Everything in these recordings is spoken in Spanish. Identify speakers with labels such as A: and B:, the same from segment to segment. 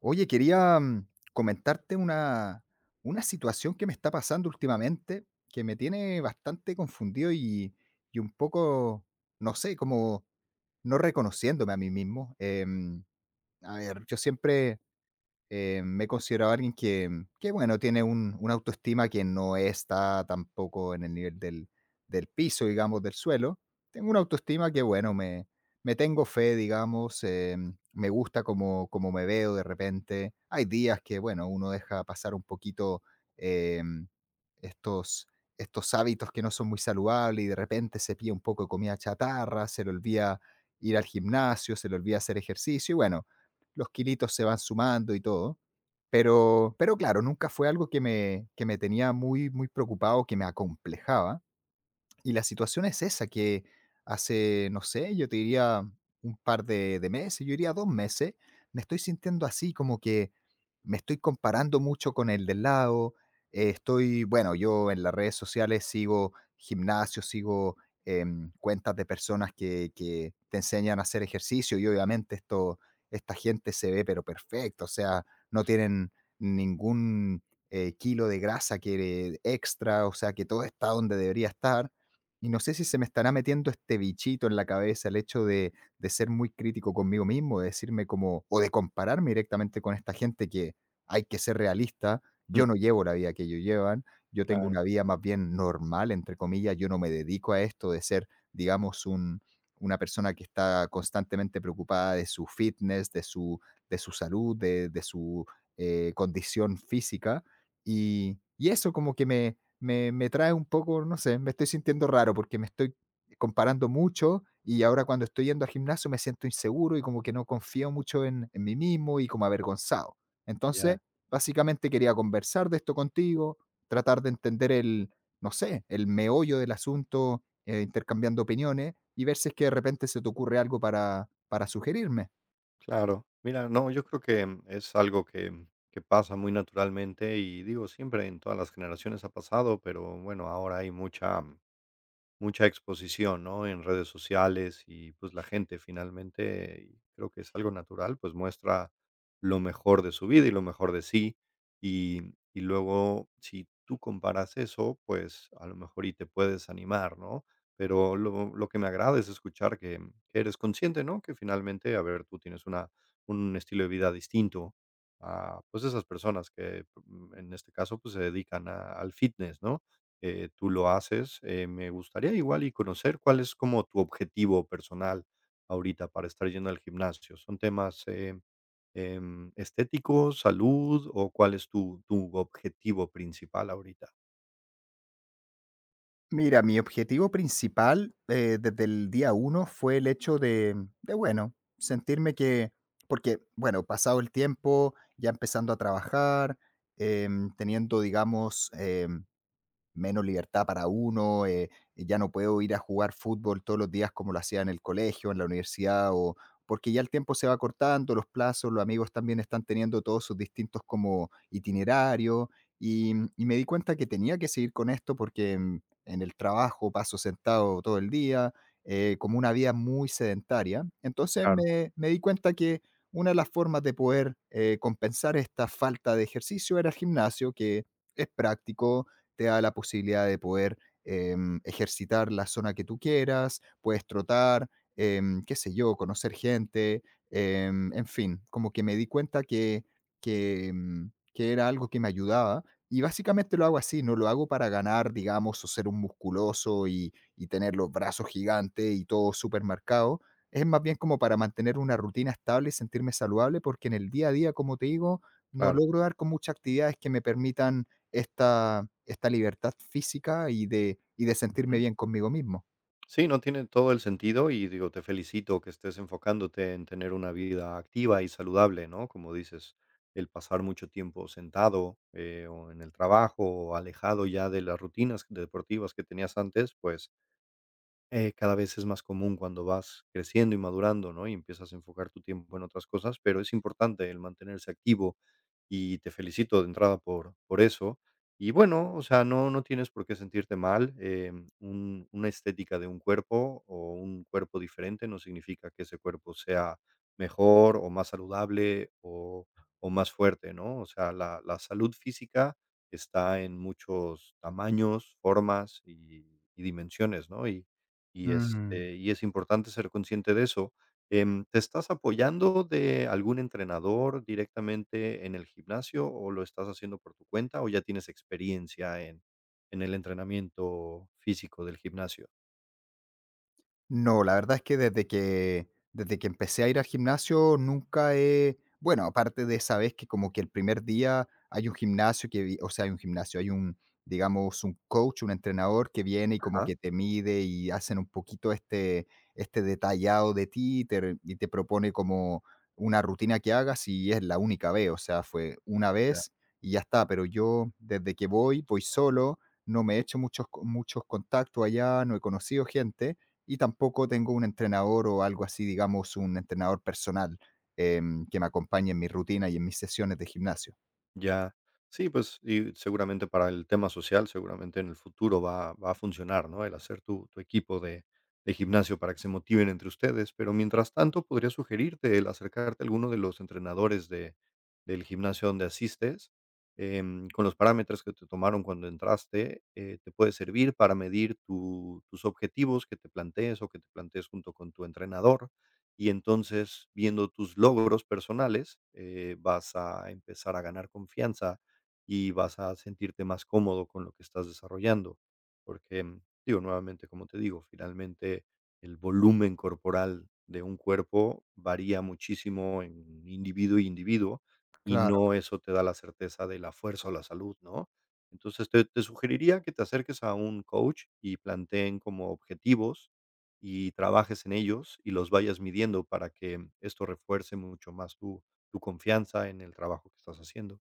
A: Oye, quería comentarte una situación que me está pasando últimamente, que me tiene bastante confundido y un poco, no sé, como no reconociéndome a mí mismo. A ver, yo siempre me considero alguien que, bueno, tiene un una autoestima que no está tampoco en el nivel del piso, digamos, del suelo. Tengo una autoestima que, bueno, me tengo fe, digamos, me gusta cómo me veo de repente. Hay días que, bueno, uno deja pasar un poquito, em, estos estos hábitos que no son muy saludables y de repente se pilla un poco de comida chatarra, se le olvida ir al gimnasio, se le olvida hacer ejercicio y, bueno, los kilitos se van sumando y todo. Pero claro, nunca fue algo que me tenía muy, muy preocupado, que me acomplejaba, y la situación es esa, que hace, no sé, yo te diría un par de meses, yo diría dos meses. Me estoy sintiendo así, como que me estoy comparando mucho con el del lado. Estoy, bueno, yo en las redes sociales sigo gimnasio, sigo cuentas de personas que te enseñan a hacer ejercicio y obviamente esto, esta gente se ve pero perfecto, o sea, no tienen ningún kilo de grasa que extra, o sea, que todo está donde debería estar. Y no sé si se me estará metiendo este bichito en la cabeza, el hecho de ser muy crítico conmigo mismo, de decirme como, o de compararme directamente con esta gente que, hay que ser realista,
B: Mm,
A: yo no llevo la vida que ellos llevan. Yo tengo
B: claro,
A: una vida más bien normal, entre comillas, yo no me dedico a esto de ser, digamos, un, una persona que está constantemente preocupada de su fitness, de su salud, de su condición física. Y eso como que me trae un poco, no sé, me estoy sintiendo raro porque me estoy comparando mucho y ahora cuando estoy yendo al gimnasio me siento inseguro y como que no confío mucho en mí mismo y como avergonzado. Entonces,
B: ya,
A: básicamente quería conversar de esto contigo, tratar de entender el, no sé, el meollo del asunto, intercambiando opiniones y ver si es que de repente se te ocurre algo para sugerirme.
B: claro. Mira, no, yo creo que es algo que, que pasa muy naturalmente y digo, siempre en todas las generaciones ha pasado, pero bueno, ahora hay mucha, mucha exposición, ¿no? En redes sociales y, pues, la gente finalmente, y creo que es algo natural, pues, muestra lo mejor de su vida y lo mejor de sí. Y luego, si tú comparas eso, pues, a lo mejor y te puedes animar, ¿no? Pero lo que me agrada es escuchar que eres consciente, ¿no? Que finalmente, a ver, tú tienes una un estilo de vida distinto a, pues, esas personas que, en este caso, pues, se dedican a al fitness, ¿no? Tú lo haces. Me gustaría igual y conocer cuál es como tu objetivo personal ahorita para estar yendo al gimnasio. ¿Son temas estéticos, salud o cuál es tu, tu objetivo principal ahorita?
A: Mira, mi objetivo principal, desde el día uno fue el hecho de, bueno, sentirme que, porque, bueno, pasado el tiempo, ya empezando a trabajar, teniendo, digamos, menos libertad para uno, ya no puedo ir a jugar fútbol todos los días como lo hacía en el colegio, en la universidad, o porque ya el tiempo se va cortando, los plazos, los amigos también están teniendo todos sus distintos como itinerarios, y, mm, y me di cuenta que tenía que seguir con esto porque en el trabajo paso sentado todo el día, como una vida muy sedentaria. Entonces
B: Claro,
A: me di cuenta que una de las formas de poder compensar esta falta de ejercicio era el gimnasio, que es práctico, te da la posibilidad de poder eh, ejercitar la zona que tú quieras, puedes trotar, qué sé yo, conocer gente, en fin, como que me di cuenta que, que era algo que me ayudaba. Y básicamente lo hago así, no lo hago para ganar, digamos, o ser un musculoso y tener los brazos gigantes y todo súper marcado. Es más bien como para mantener una rutina estable y sentirme saludable, porque en el día a día, como te digo, no
B: claro.
A: logro dar con muchas actividades que me permitan esta libertad física y de sentirme
B: Ujú.
A: bien conmigo mismo.
B: Sí, no tiene todo el sentido y digo, te felicito que estés enfocándote en tener una vida activa y saludable, ¿no? Como dices, el pasar mucho tiempo sentado o en el trabajo o alejado ya de las rutinas deportivas que tenías antes, pues, cada vez es más común cuando vas creciendo y madurando, ¿no? Y empiezas a enfocar tu tiempo en otras cosas, pero es importante el mantenerse activo y te felicito de entrada por eso. Y bueno, o sea, no, no tienes por qué sentirte mal. Una estética de un cuerpo o un cuerpo diferente no significa que ese cuerpo sea mejor o más saludable o más fuerte, ¿no? O sea, la salud física está en muchos tamaños, formas y dimensiones, ¿no? Y,
A: Mm.
B: este, y es importante ser consciente de eso. ¿Te estás apoyando de algún entrenador directamente en el gimnasio o lo estás haciendo por tu cuenta o ya tienes experiencia en el entrenamiento físico del gimnasio?
A: No, la verdad es que desde que empecé a ir al gimnasio nunca he, bueno, aparte de esa vez que como que el primer día hay un gimnasio que vi, o sea, hay un gimnasio, hay un, digamos, un coach, un entrenador que viene y como
B: Ajá.
A: que te mide y hacen un poquito este este detallado de ti y te re y te propone como una rutina que hagas, y es la única vez, o sea, fue una vez y ya está, pero yo desde que voy, voy solo, no me he hecho muchos co muchos contactos allá, no he conocido gente, y tampoco tengo un entrenador o algo así, digamos, un entrenador personal, que me acompañe en mi rutina y en mis sesiones de gimnasio.
B: Ya. Sí, pues, y seguramente para el tema social, seguramente en el futuro va a funcionar, ¿no? El hacer tu equipo de gimnasio para que se motiven entre ustedes, pero mientras tanto, podría sugerirte el acercarte a alguno de los entrenadores de del gimnasio donde asistes, con los parámetros que te tomaron cuando entraste, te puede servir para medir tu tus objetivos que te plantees o que te plantees junto con tu entrenador. Y entonces, viendo tus logros personales, vas a empezar a ganar confianza y vas a sentirte más cómodo con lo que estás desarrollando. Porque, digo, nuevamente, como te digo, finalmente el volumen corporal de un cuerpo varía muchísimo en individuo y individuo y
A: Claro.
B: no eso te da la certeza de la fuerza o la salud, ¿no? Entonces te sugeriría que te acerques a un coach y planteen como objetivos y trabajes en ellos y los vayas midiendo para que esto refuerce mucho más tu tu confianza en el trabajo que estás haciendo.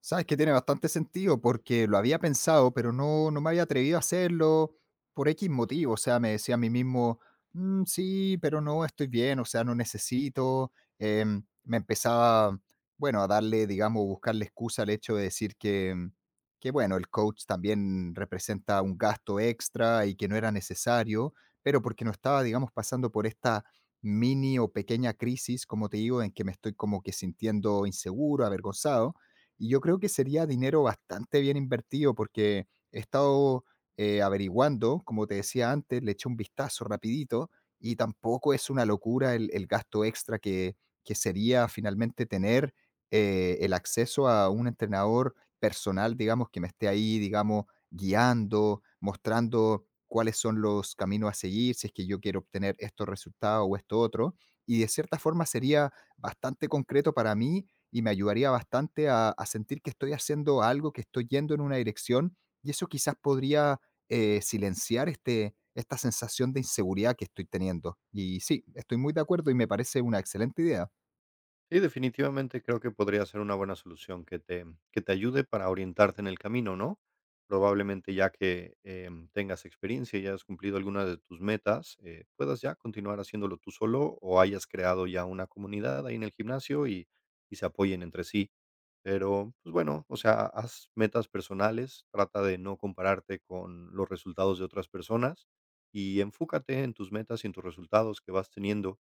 A: Sabes que tiene bastante sentido porque lo había pensado, pero no me había atrevido a hacerlo por X motivo. O sea, me decía a mí mismo, "Mm, sí, pero no estoy bien, o sea, no necesito. Me empezaba, bueno, a darle, digamos, buscarle excusa al hecho de decir que, mm, que, bueno, el coach también representa un gasto extra y que no era necesario, pero porque no estaba, digamos, pasando por esta mini o pequeña crisis, como te digo, en que me estoy como que sintiendo inseguro, avergonzado, y yo creo que sería dinero bastante bien invertido porque he estado averiguando, como te decía antes, le eché un vistazo rapidito y tampoco es una locura el gasto extra que sería finalmente tener el acceso a un entrenador personal, digamos, que me esté ahí, digamos, guiando, mostrando cuáles son los caminos a seguir, si es que yo quiero obtener estos resultados o esto otro. Y de cierta forma sería bastante concreto para mí y me ayudaría bastante a sentir que estoy haciendo algo, que estoy yendo en una dirección, y eso quizás podría silenciar este, esta sensación de inseguridad que estoy teniendo. Y sí, estoy muy de acuerdo y me parece una excelente idea.
B: Sí, definitivamente creo que podría ser una buena solución que te ayude para orientarte en el camino, ¿no? Probablemente ya que tengas experiencia y hayas cumplido alguna de tus metas, puedas ya continuar haciéndolo tú solo o hayas creado ya una comunidad ahí en el gimnasio y se apoyen entre sí. Pero, pues bueno, o sea, haz metas personales, trata de no compararte con los resultados de otras personas y enfócate en tus metas y en tus resultados que vas teniendo.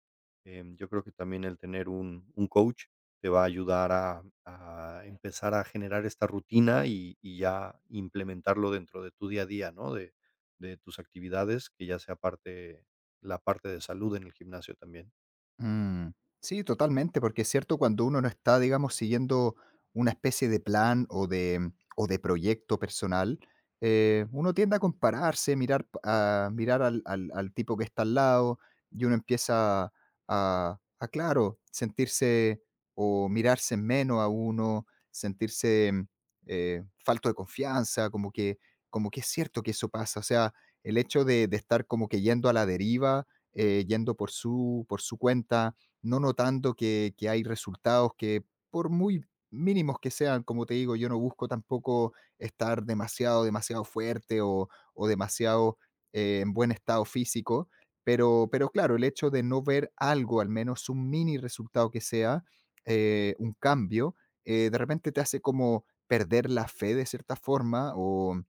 B: Yo creo que también el tener un coach te va a ayudar a empezar a generar esta rutina y ya implementarlo dentro de tu día a día, ¿no? De tus actividades, que ya sea parte la parte de salud en el gimnasio también.
A: Mm, sí, totalmente, porque es cierto, cuando uno no está, digamos, siguiendo una especie de plan o de proyecto personal, uno tiende a compararse, mirar, p- a, mirar al, al- al tipo que está al lado, y uno empieza claro, sentirse o mirarse menos a uno, sentirse falto de confianza, como que es cierto que eso pasa, o sea, el hecho de estar como que yendo a la deriva, yendo por su cuenta, no notando que hay resultados que por muy mínimos que sean, como te digo, yo no busco tampoco estar demasiado, demasiado fuerte o demasiado en buen estado físico, pero claro, el hecho de no ver algo, al menos un mini resultado que sea, un cambio, de repente te hace como perder la fe de cierta forma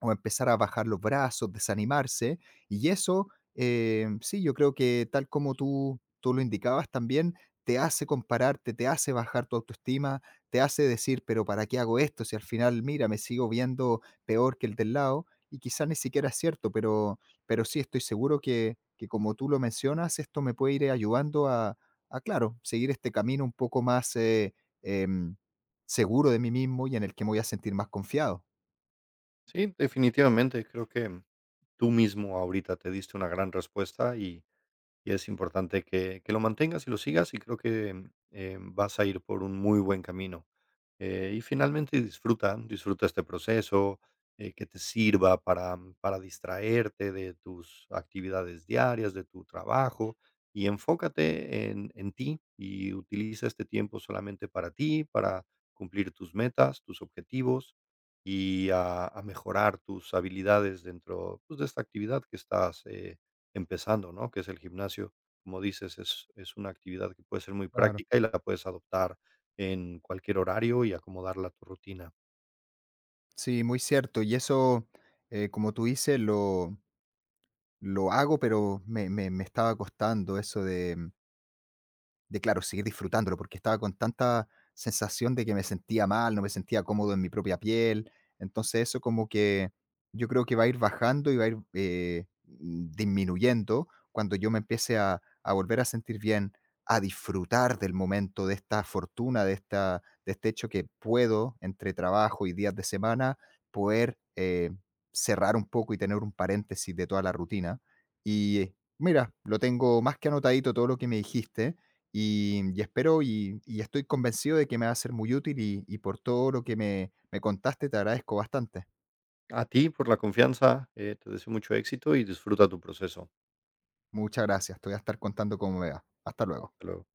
A: o empezar a bajar los brazos, desanimarse, y eso, sí, yo creo que tal como tú lo indicabas también, te hace compararte, te hace bajar tu autoestima, te hace decir, pero ¿para qué hago esto? Si al final, mira, me sigo viendo peor que el del lado, y quizá ni siquiera es cierto, pero sí estoy seguro que como tú lo mencionas, esto me puede ir ayudando a claro, seguir este camino un poco más em, seguro de mí mismo y en el que me voy a sentir más confiado.
B: Sí, definitivamente, creo que tú mismo ahorita te diste una gran respuesta. Y es importante que lo mantengas y lo sigas, y creo que, vas a ir por un muy buen camino. Y finalmente disfruta, disfruta este proceso, que te sirva para distraerte de tus actividades diarias, de tu trabajo, y enfócate en ti, y utiliza este tiempo solamente para ti, para cumplir tus metas, tus objetivos, y a mejorar tus habilidades dentro, pues, de esta actividad que estás, empezando, ¿no? Que es el gimnasio. Como dices, es una actividad que puede ser muy
A: Claro.
B: práctica y la puedes adoptar en cualquier horario y acomodarla a tu rutina.
A: Sí, muy cierto. Y eso, como tú dices, lo hago, pero me estaba costando eso de claro, seguir disfrutándolo, porque estaba con tanta sensación de que me sentía mal, no me sentía cómodo en mi propia piel. Entonces eso como que yo creo que va a ir bajando y va a ir disminuyendo cuando yo me empiece a volver a sentir bien, a disfrutar del momento, de esta fortuna, de, esta, de este hecho que puedo, entre trabajo y días de semana, poder cerrar un poco y tener un paréntesis de toda la rutina. Y mira, lo tengo más que anotadito todo lo que me dijiste y espero y estoy convencido de que me va a ser muy útil y por todo lo que me contaste te agradezco bastante.
B: A ti por la confianza, te deseo mucho éxito y disfruta tu proceso.
A: Muchas gracias. Te voy a estar contando cómo me va. Hasta luego.
B: Hasta luego.